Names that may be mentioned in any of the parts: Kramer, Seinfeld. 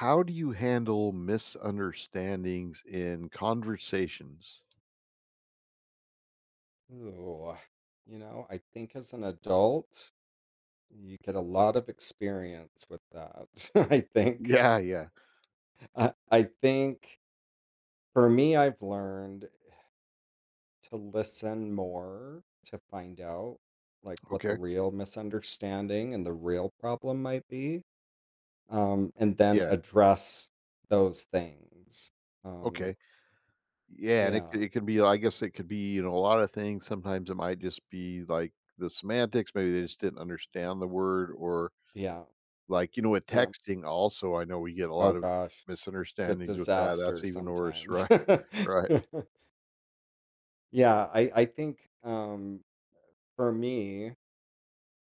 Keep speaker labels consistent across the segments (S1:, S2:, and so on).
S1: How do you handle misunderstandings in conversations?
S2: Ooh, you know, I think as an adult, you get a lot of experience with that. I think,
S1: Yeah, yeah.
S2: I think for me, I've learned to listen more to find out like what the
S1: Okay.
S2: real misunderstanding and the real problem might be, and then
S1: Yeah.
S2: address those things. Um,
S1: Okay. Yeah, and it
S2: yeah,
S1: c it can be, I guess it could be, a lot of things. Sometimes it might just be, like, the semantics, maybe they just didn't understand the word. Or,
S2: yeah,
S1: like, you know, with
S2: yeah.
S1: texting also, I know we get a
S2: Oh
S1: lot of
S2: gosh, it's a
S1: misunderstandings with that.
S2: disaster
S1: That's even worse,
S2: sometimes.
S1: right, right.
S2: Yeah, I think, for me,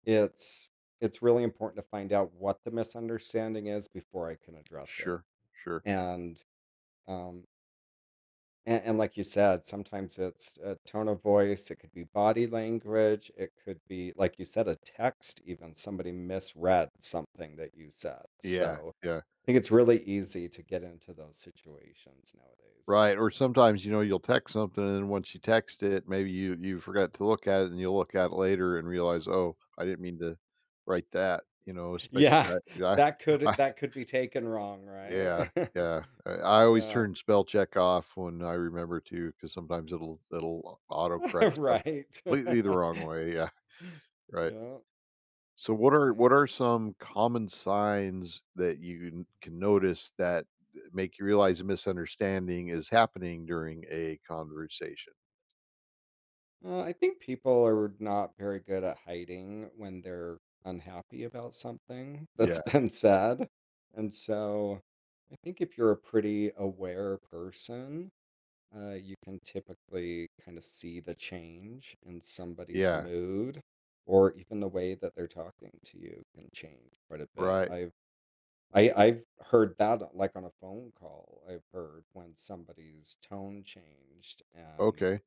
S2: it's it's really important to find out what the misunderstanding is before I can address it,
S1: Sure, sure.
S2: and, um and, like you said, sometimes it's a tone of voice, it could be body language, it could be, like you said, a text even, somebody misread something that you said,
S1: Yeah,
S2: so,
S1: yeah.
S2: I think it's really easy to get into those situations nowadays.
S1: Right, or sometimes, you know, you'll text something, and once you text it, maybe you forgot to look at it, and you'll look at it later and realize, "Oh, I didn't mean to write that," you know, especially
S2: Yeah,
S1: I
S2: that
S1: I I,
S2: could that could be taken wrong,
S1: yeah,
S2: right?
S1: yeah, I always
S2: Yeah.
S1: turn spell check off when I remember to, because sometimes it'll autocorrect stuff
S2: Right.
S1: completely the wrong way, yeah, right.
S2: Yeah.
S1: So what are
S2: I
S1: what are some common signs that you n can notice that make you realize a misunderstanding is happening during a conversation?
S2: I think people are not very good at hiding when they're unhappy about something that's
S1: Yeah,
S2: been said. And so I think if you're a pretty aware person, you can typically kind of see the change in somebody's
S1: yeah,
S2: mood or even the way that they're talking to you can change quite a bit.
S1: right,
S2: I I've heard that, like, on a phone call, I've heard when somebody's tone changed,
S1: okay.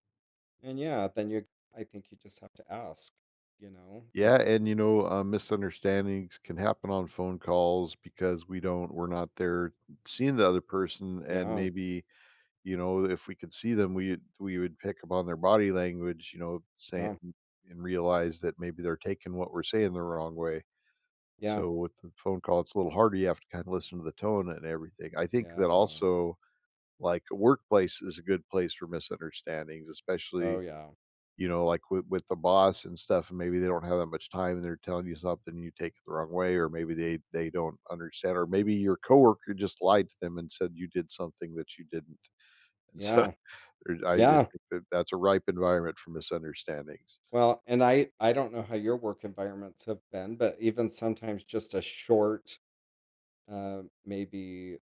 S2: and yeah, then you I think you just have to ask, you know, if
S1: Yeah, and, misunderstandings can happen on phone calls because we're not there seeing the other person, and
S2: "Yeah,
S1: maybe, you know, if we could see them, we would pick up on their body language, you know, saying
S2: yeah,
S1: and realize that maybe they're taking what we're saying the wrong way.
S2: yeah,
S1: So with the phone call, it's a little harder. You have to kinda listen to the tone and everything. I think that
S2: yeah,
S1: also, like, a workplace is a good place for misunderstandings,
S2: oh,
S1: especially,
S2: yeah,
S1: you know, like with the boss and stuff, and maybe they don't have that much time and they're telling you something and you take it the wrong way, or maybe they don't understand, or maybe your coworker just lied to them and said you did something that you didn't. And so
S2: yeah,
S1: there's, I just
S2: yeah."
S1: think that that's a ripe environment for misunderstandings.
S2: Well, and I don't know how your work environments have been, but even sometimes just a short, maybe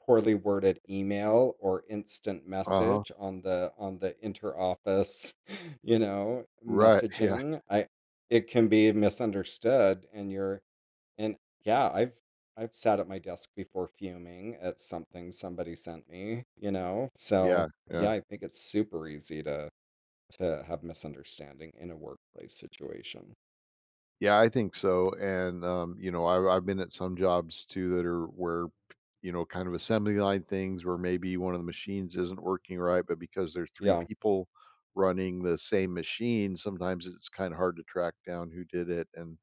S2: poorly worded email or instant
S1: Uh-huh.
S2: message on the interoffice, you know,
S1: Right. Yeah.
S2: messaging. I It can be misunderstood and and yeah, I've I've sat at my desk before fuming at something somebody sent me, you know. So,
S1: Yeah. Yeah.
S2: yeah, I think it's super easy to have misunderstanding in a workplace situation.
S1: Yeah, I think so, and, you know, I've been at some jobs too that are where, you know, kind of assembly line things where maybe one of the machines isn't working right, but because there's 3
S2: Yeah.
S1: people running the same machine, sometimes it's kinda hard to track down who did it, and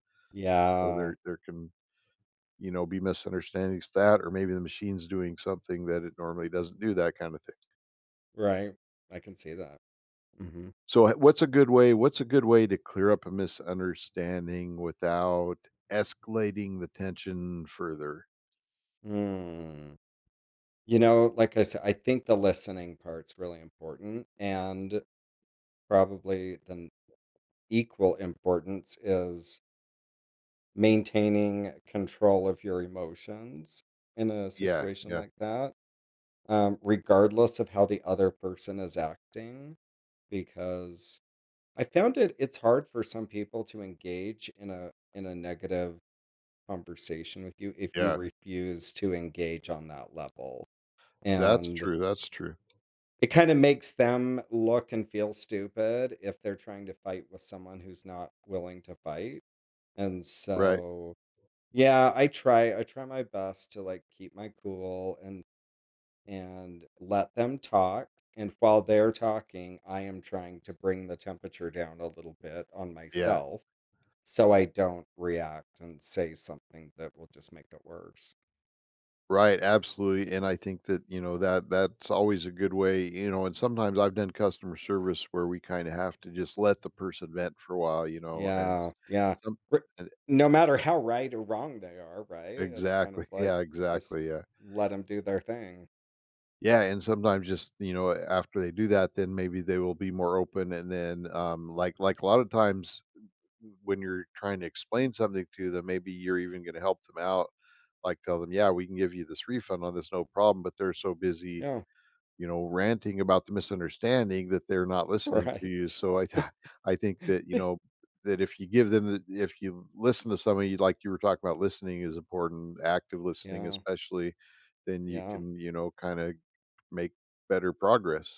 S1: so
S2: Yeah.
S1: there can, you know, be misunderstandings with that, or maybe the machine's doing something that it normally doesn't do, that kinda thing.
S2: Right. I can see that. Mhm.
S1: So, h what's a good way to clear up a misunderstanding without escalating the tension further?
S2: Mm. You know, like I said, I think the listening part's really important, and probably equal importance is maintaining control of your emotions in a
S1: Yeah,
S2: situation
S1: yeah,
S2: like that, regardless of how the other person is acting, because I found it's hard for some people to engage in a negative conversation with you if you
S1: yeah.
S2: refuse to engage on that level.
S1: That's
S2: And
S1: true, that's true.
S2: it kinda makes them look and feel stupid if they're trying to fight with someone who's not willing to fight, and
S1: Right,
S2: so yeah, I try my best to, like, keep my cool and let them talk, and while they're talking, I am trying to bring the temperature down a little bit on
S1: yeah,
S2: myself so I don't react and say something that will just make it worse.
S1: right, absolutely, and I think that, you know, that that's always a good way, you know, and sometimes I've done customer service where we kinda have to just let the person vent for a while, and
S2: Yeah, yeah.
S1: some
S2: R
S1: and
S2: No matter how right or wrong they are, right? It's kind of
S1: exactly,
S2: like,
S1: yeah,
S2: just
S1: exactly, yeah.
S2: let them do their thing.
S1: Yeah, and sometimes just, you know, after they do that, then maybe they will be more open, and then, like a lot of times when you're trying to explain something to them, maybe you're even gonna help them out, like, tell them, "Yeah, we can give you this refund on this, no problem," but they're so busy,
S2: Yeah,
S1: you know, ranting about the misunderstanding that they're not listening to
S2: right.
S1: you, so I th I think that, you know, that if you give them the, if you listen to somebody, like you were talking about, listening is important, active listening
S2: Yeah,
S1: especially, then you
S2: yeah,
S1: can, you know, kinda make better progress.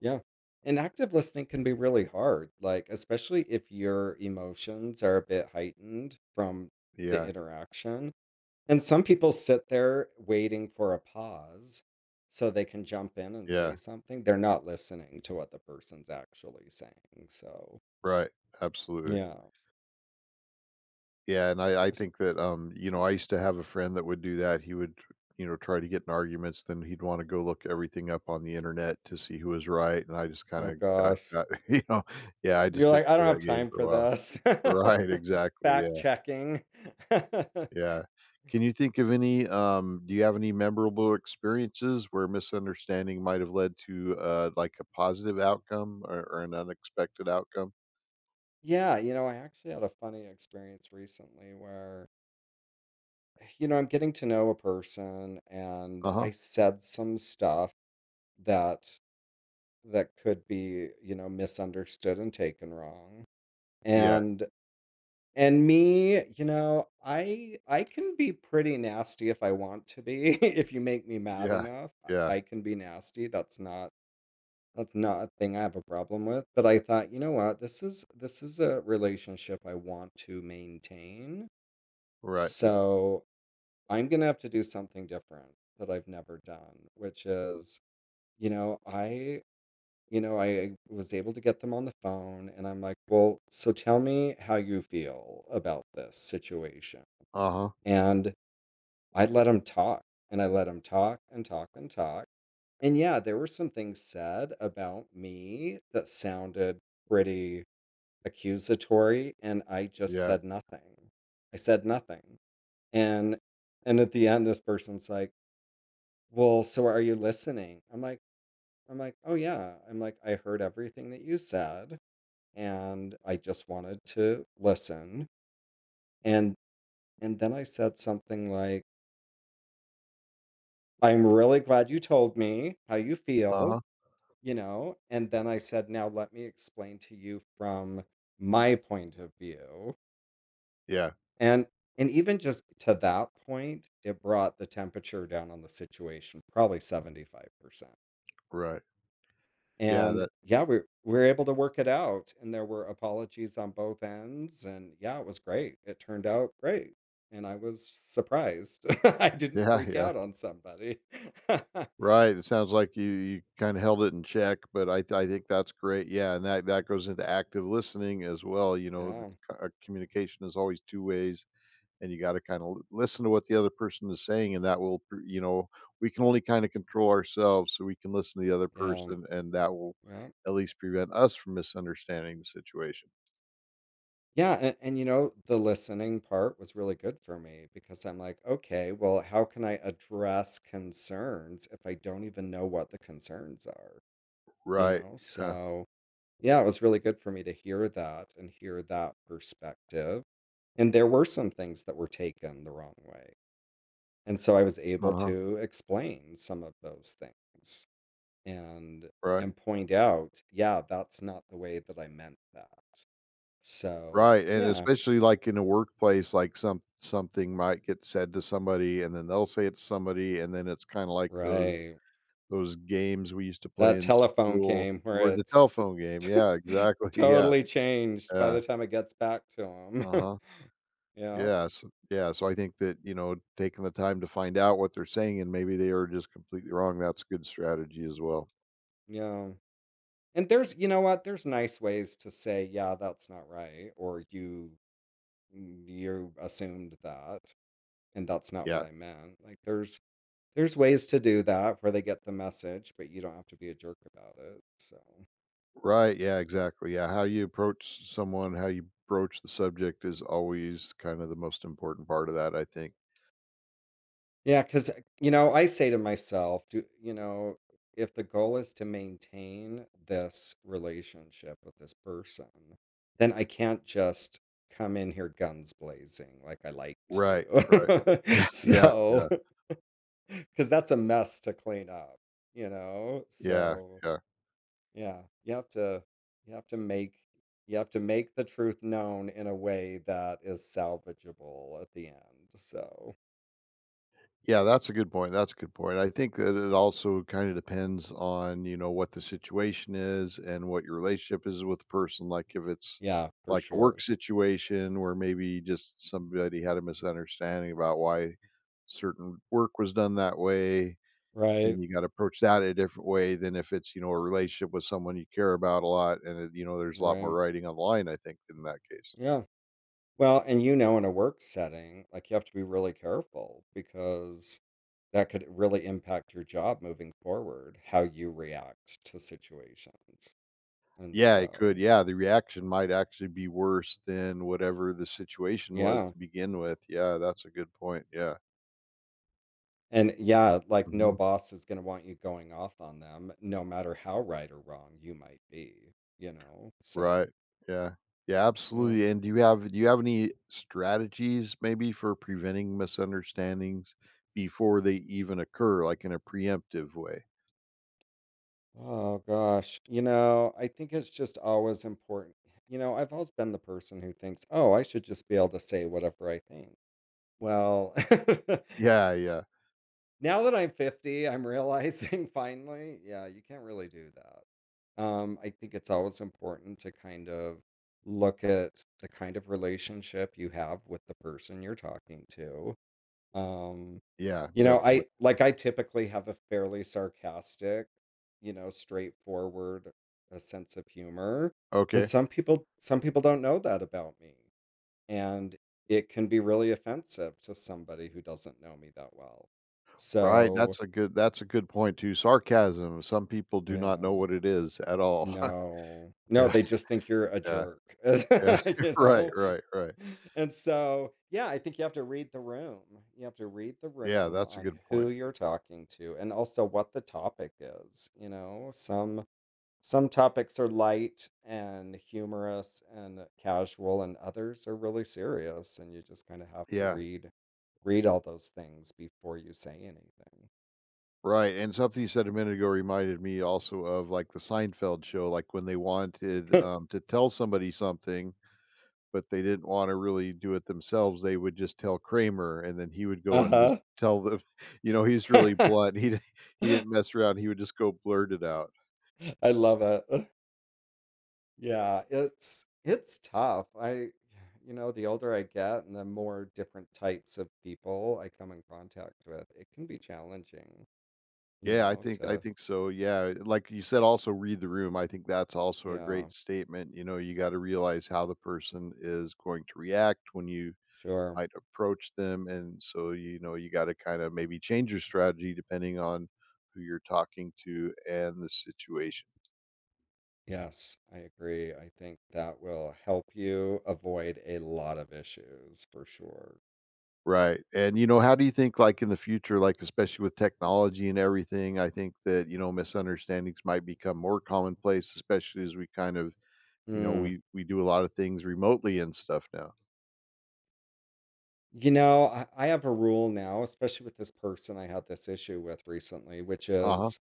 S2: yeah. And active listening can be really hard, like, especially if your emotions are a bit heightened from the
S1: Yeah,
S2: interaction, and some people sit there waiting for a pause so they can jump in and say
S1: yeah,
S2: something. They're not listening to what the person's actually saying, so,
S1: right, absolutely.
S2: yeah.
S1: Yeah, and I think that, you know, I used to have a friend that would do that. He would, you know, try to get in arguments, then he'd wanna go look everything up on the internet to see who was right, and I just
S2: Oh
S1: kinda got
S2: gosh.
S1: got you know, yeah, I just
S2: You're
S1: didn't
S2: like, "I
S1: play
S2: don't have
S1: that game
S2: time
S1: for a
S2: for
S1: while.
S2: this."
S1: Right, exactly,
S2: Fact
S1: yeah,
S2: checking.
S1: yeah. Can you think of any, do you have any memorable experiences where misunderstanding might have led to, like, a positive outcome or an unexpected outcome?
S2: Yeah, you know, I actually had a funny experience recently where, you know, I'm getting to know a person and
S1: Uh-huh.
S2: I said some stuff that that could be, you know, misunderstood and taken wrong.
S1: Yeah,
S2: And and me, you know, I can be pretty nasty if I want to be. If you make me mad
S1: yeah,
S2: enough,
S1: yeah,
S2: I can be nasty. That's not a thing I have a problem with, but I thought, "You know what? This is a relationship I want to maintain,
S1: right.
S2: so I'm gonna have to do something different that I've never done," which is, you know, I was able to get them on the phone, and I'm like, "Well, so tell me how you feel about this situation."
S1: Uh-huh,
S2: And I let them talk, and I let them talk and talk and talk. And yeah, there were some things said about me that sounded pretty accusatory, and I just
S1: yeah,
S2: said nothing. I said nothing. And and at the end this person's like, "Well, so are you listening?" I'm like, "Oh yeah." I'm like, "I heard everything that you said, and I just wanted to listen." And and then I said something like, "I'm really glad you told me how you
S1: uh-huh,
S2: feel." You know? And then I said, "Now let me explain to you from my point of view."
S1: yeah.
S2: And even just to that point, it brought the temperature down on the situation probably 75%.
S1: Right. Yeah,
S2: And,
S1: that,
S2: yeah, we were able to work it out, and there were apologies on both ends, and, yeah, it was great. It turned out great, and I was surprised. I didn't
S1: yeah,
S2: freak
S1: yeah.
S2: out on somebody.
S1: Right, it sounds like you kinda held it in check, but I think that's great, yeah, and that that goes into active listening as well, you know, the
S2: Yeah,
S1: c communication is always 2 ways, and you gotta kinda listen to what the other person is saying, and that will pr you know, we can only kinda control ourselves so we can listen to the other
S2: yeah,
S1: person, and that will
S2: yeah.
S1: at least prevent us from misunderstanding the situation.
S2: Yeah, and you know, the listening part was really good for me because I'm like, okay, well, how can I address concerns if I don't even know what the concerns are? You
S1: Right,
S2: know,
S1: yeah,
S2: so yeah, it was really good for me to hear that and hear that perspective. And there were some things that were taken the wrong way. And so I was able
S1: uh-huh,
S2: to explain some of those things and
S1: right.
S2: point out, yeah, that's not the way that I meant that. So,
S1: Right, and
S2: yeah,
S1: especially, like, in a workplace, like, some something might get said to somebody, and then they'll say it to somebody, and then it's kinda like
S2: right.
S1: those games we used to play
S2: That
S1: in
S2: telephone
S1: school
S2: game
S1: where
S2: where
S1: the
S2: it's
S1: telephone game. Yeah, exactly, yeah,
S2: totally changed by
S1: yeah.
S2: the time it gets back to 'em.
S1: Uh-huh.
S2: Yeah,
S1: Yeah, so yeah, so I think that, you know, taking the time to find out what they're saying, and maybe they are just completely wrong, that's a good strategy as well.
S2: yeah. And there's you know what? There's nice ways to say, "Yeah, that's not right," or "You you assumed that, and that's not what
S1: Yeah.
S2: I meant." Like, there's ways to do that where they get the message, but you don't have to be a jerk about it, so
S1: Right, yeah, exactly, yeah, how you approach someone, how you broach the subject, is always kinda the most important part of that, I think.
S2: yeah, because you know, I say to myself, do you know, if the goal is to maintain this relationship with this person, then I can't just come in here guns blazing like I like to
S1: Right, right.
S2: do.
S1: Yeah,
S2: So,
S1: yeah,
S2: because that's a mess to clean up, you know?
S1: yeah,
S2: So,
S1: yeah.
S2: yeah, you have to make you have to make the truth known in a way that is salvageable at the end. So,
S1: Yeah, that's a good point, that's a good point. I think that it also kinda depends on, you know, what the situation is and what your relationship is with the person, like, if it's,
S2: yeah, for
S1: like, a work
S2: sure.
S1: situation where maybe just somebody had a misunderstanding about why certain work was done that way,
S2: Right.
S1: then you gotta approach that a different way than if it's, you know, a relationship with someone you care about a lot, and it, you know, there's a lot more
S2: Right.
S1: writing on the line, I think, in that case.
S2: Yeah. Well, and you know, in a work setting, like you have to be really careful because that could really impact your job moving forward, how you react to situations. And
S1: Yeah, it could.
S2: so,
S1: Yeah, the reaction might actually be worse than whatever the situation was
S2: yeah.
S1: to begin with. Yeah, that's a good point. Yeah.
S2: And yeah, like no
S1: Mhm.
S2: boss is going to want you going off on them, no matter how right or wrong you might be, you know? So,
S1: Right. Yeah. Yeah,
S2: yeah.
S1: absolutely. And do you have any strategies maybe for preventing misunderstandings before they even occur, like in a preemptive way?
S2: Oh gosh. You know, I think it's just always important. You know, I've always been the person who thinks, oh, I should just be able to say whatever I think. Well,
S1: Yeah, yeah.
S2: now that I'm 50, I'm realizing finally, yeah, you can't really do that. I think it's always important to kind of look at the kind of relationship you have with the person you're talking to. Um,
S1: Yeah,
S2: you know,
S1: definitely.
S2: I typically have a fairly sarcastic, you know, straightforward a sense of humor, and
S1: Okay.
S2: some people don't know that about me and it can be really offensive to somebody who doesn't know me that well.
S1: Right.
S2: So,
S1: That's a good, that's a good point too. Sarcasm. Some people do not know
S2: yeah,
S1: what it is at all.
S2: no, no,
S1: Yeah.
S2: they just think you're a
S1: Yeah.
S2: jerk,
S1: Yeah.
S2: you
S1: Right,
S2: know?
S1: right, right.
S2: And so, yeah, I think you have to read the room. You have to read the
S1: Yeah,
S2: room
S1: that's a
S2: on
S1: good
S2: who
S1: point.
S2: you're talking to and also what the topic is, you know? Some topics are light and humorous and casual, and others are really serious, and you just kind of have to
S1: Yeah,
S2: read all those things before you say anything.
S1: right. And something you said a minute ago reminded me also of like the Seinfeld show, like when they wanted, to tell somebody something, but they didn't want to really do it themselves. They would just tell Kramer, and then he would go and just
S2: Uh-huh.
S1: tell them. You know, he's really blunt. He he didn't mess around. He would just go blurt it out.
S2: I love it. Yeah, it's tough. I You know, the older I get and the more different types of people I come in contact with, it can be challenging, you
S1: Yeah, I
S2: know,
S1: think I
S2: to
S1: think so. Yeah, like you said, also read the room. I think that's also a
S2: yeah,
S1: great statement. You know, you got to realize how the person is going to react when you
S2: sure.
S1: might approach them. And so, you know, you got to kind of maybe change your strategy depending on who you're talking to and the situation.
S2: Yes, I agree. I think that will help you avoid a lot of issues for sure.
S1: Right. And, you know, how do you think, like in the future, like especially with technology and everything, I think that, you know, misunderstandings might become more commonplace, especially as we kind of, you know,
S2: Mm.
S1: we do a lot of things remotely and stuff now.
S2: You know, I have a rule now, especially with this person I had this issue with recently, which
S1: Uh huh.
S2: is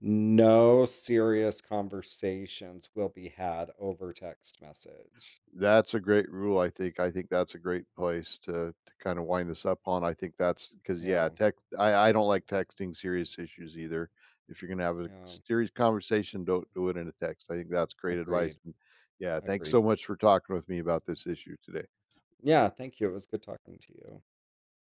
S2: no serious conversations will be had over text message.
S1: That's a great rule, I think. I think that's a great place to kinda wind this up on. I think that's because, yeah,
S2: Yeah,
S1: text, I don't like texting serious issues either. If you're gonna have a
S2: yeah,
S1: serious conversation, don't do it in a text. I think that's great advice,
S2: agreed,
S1: and, yeah, thanks so
S2: agreed.
S1: much for talking with me about this issue today.
S2: Yeah, thank you. It was good talking to you.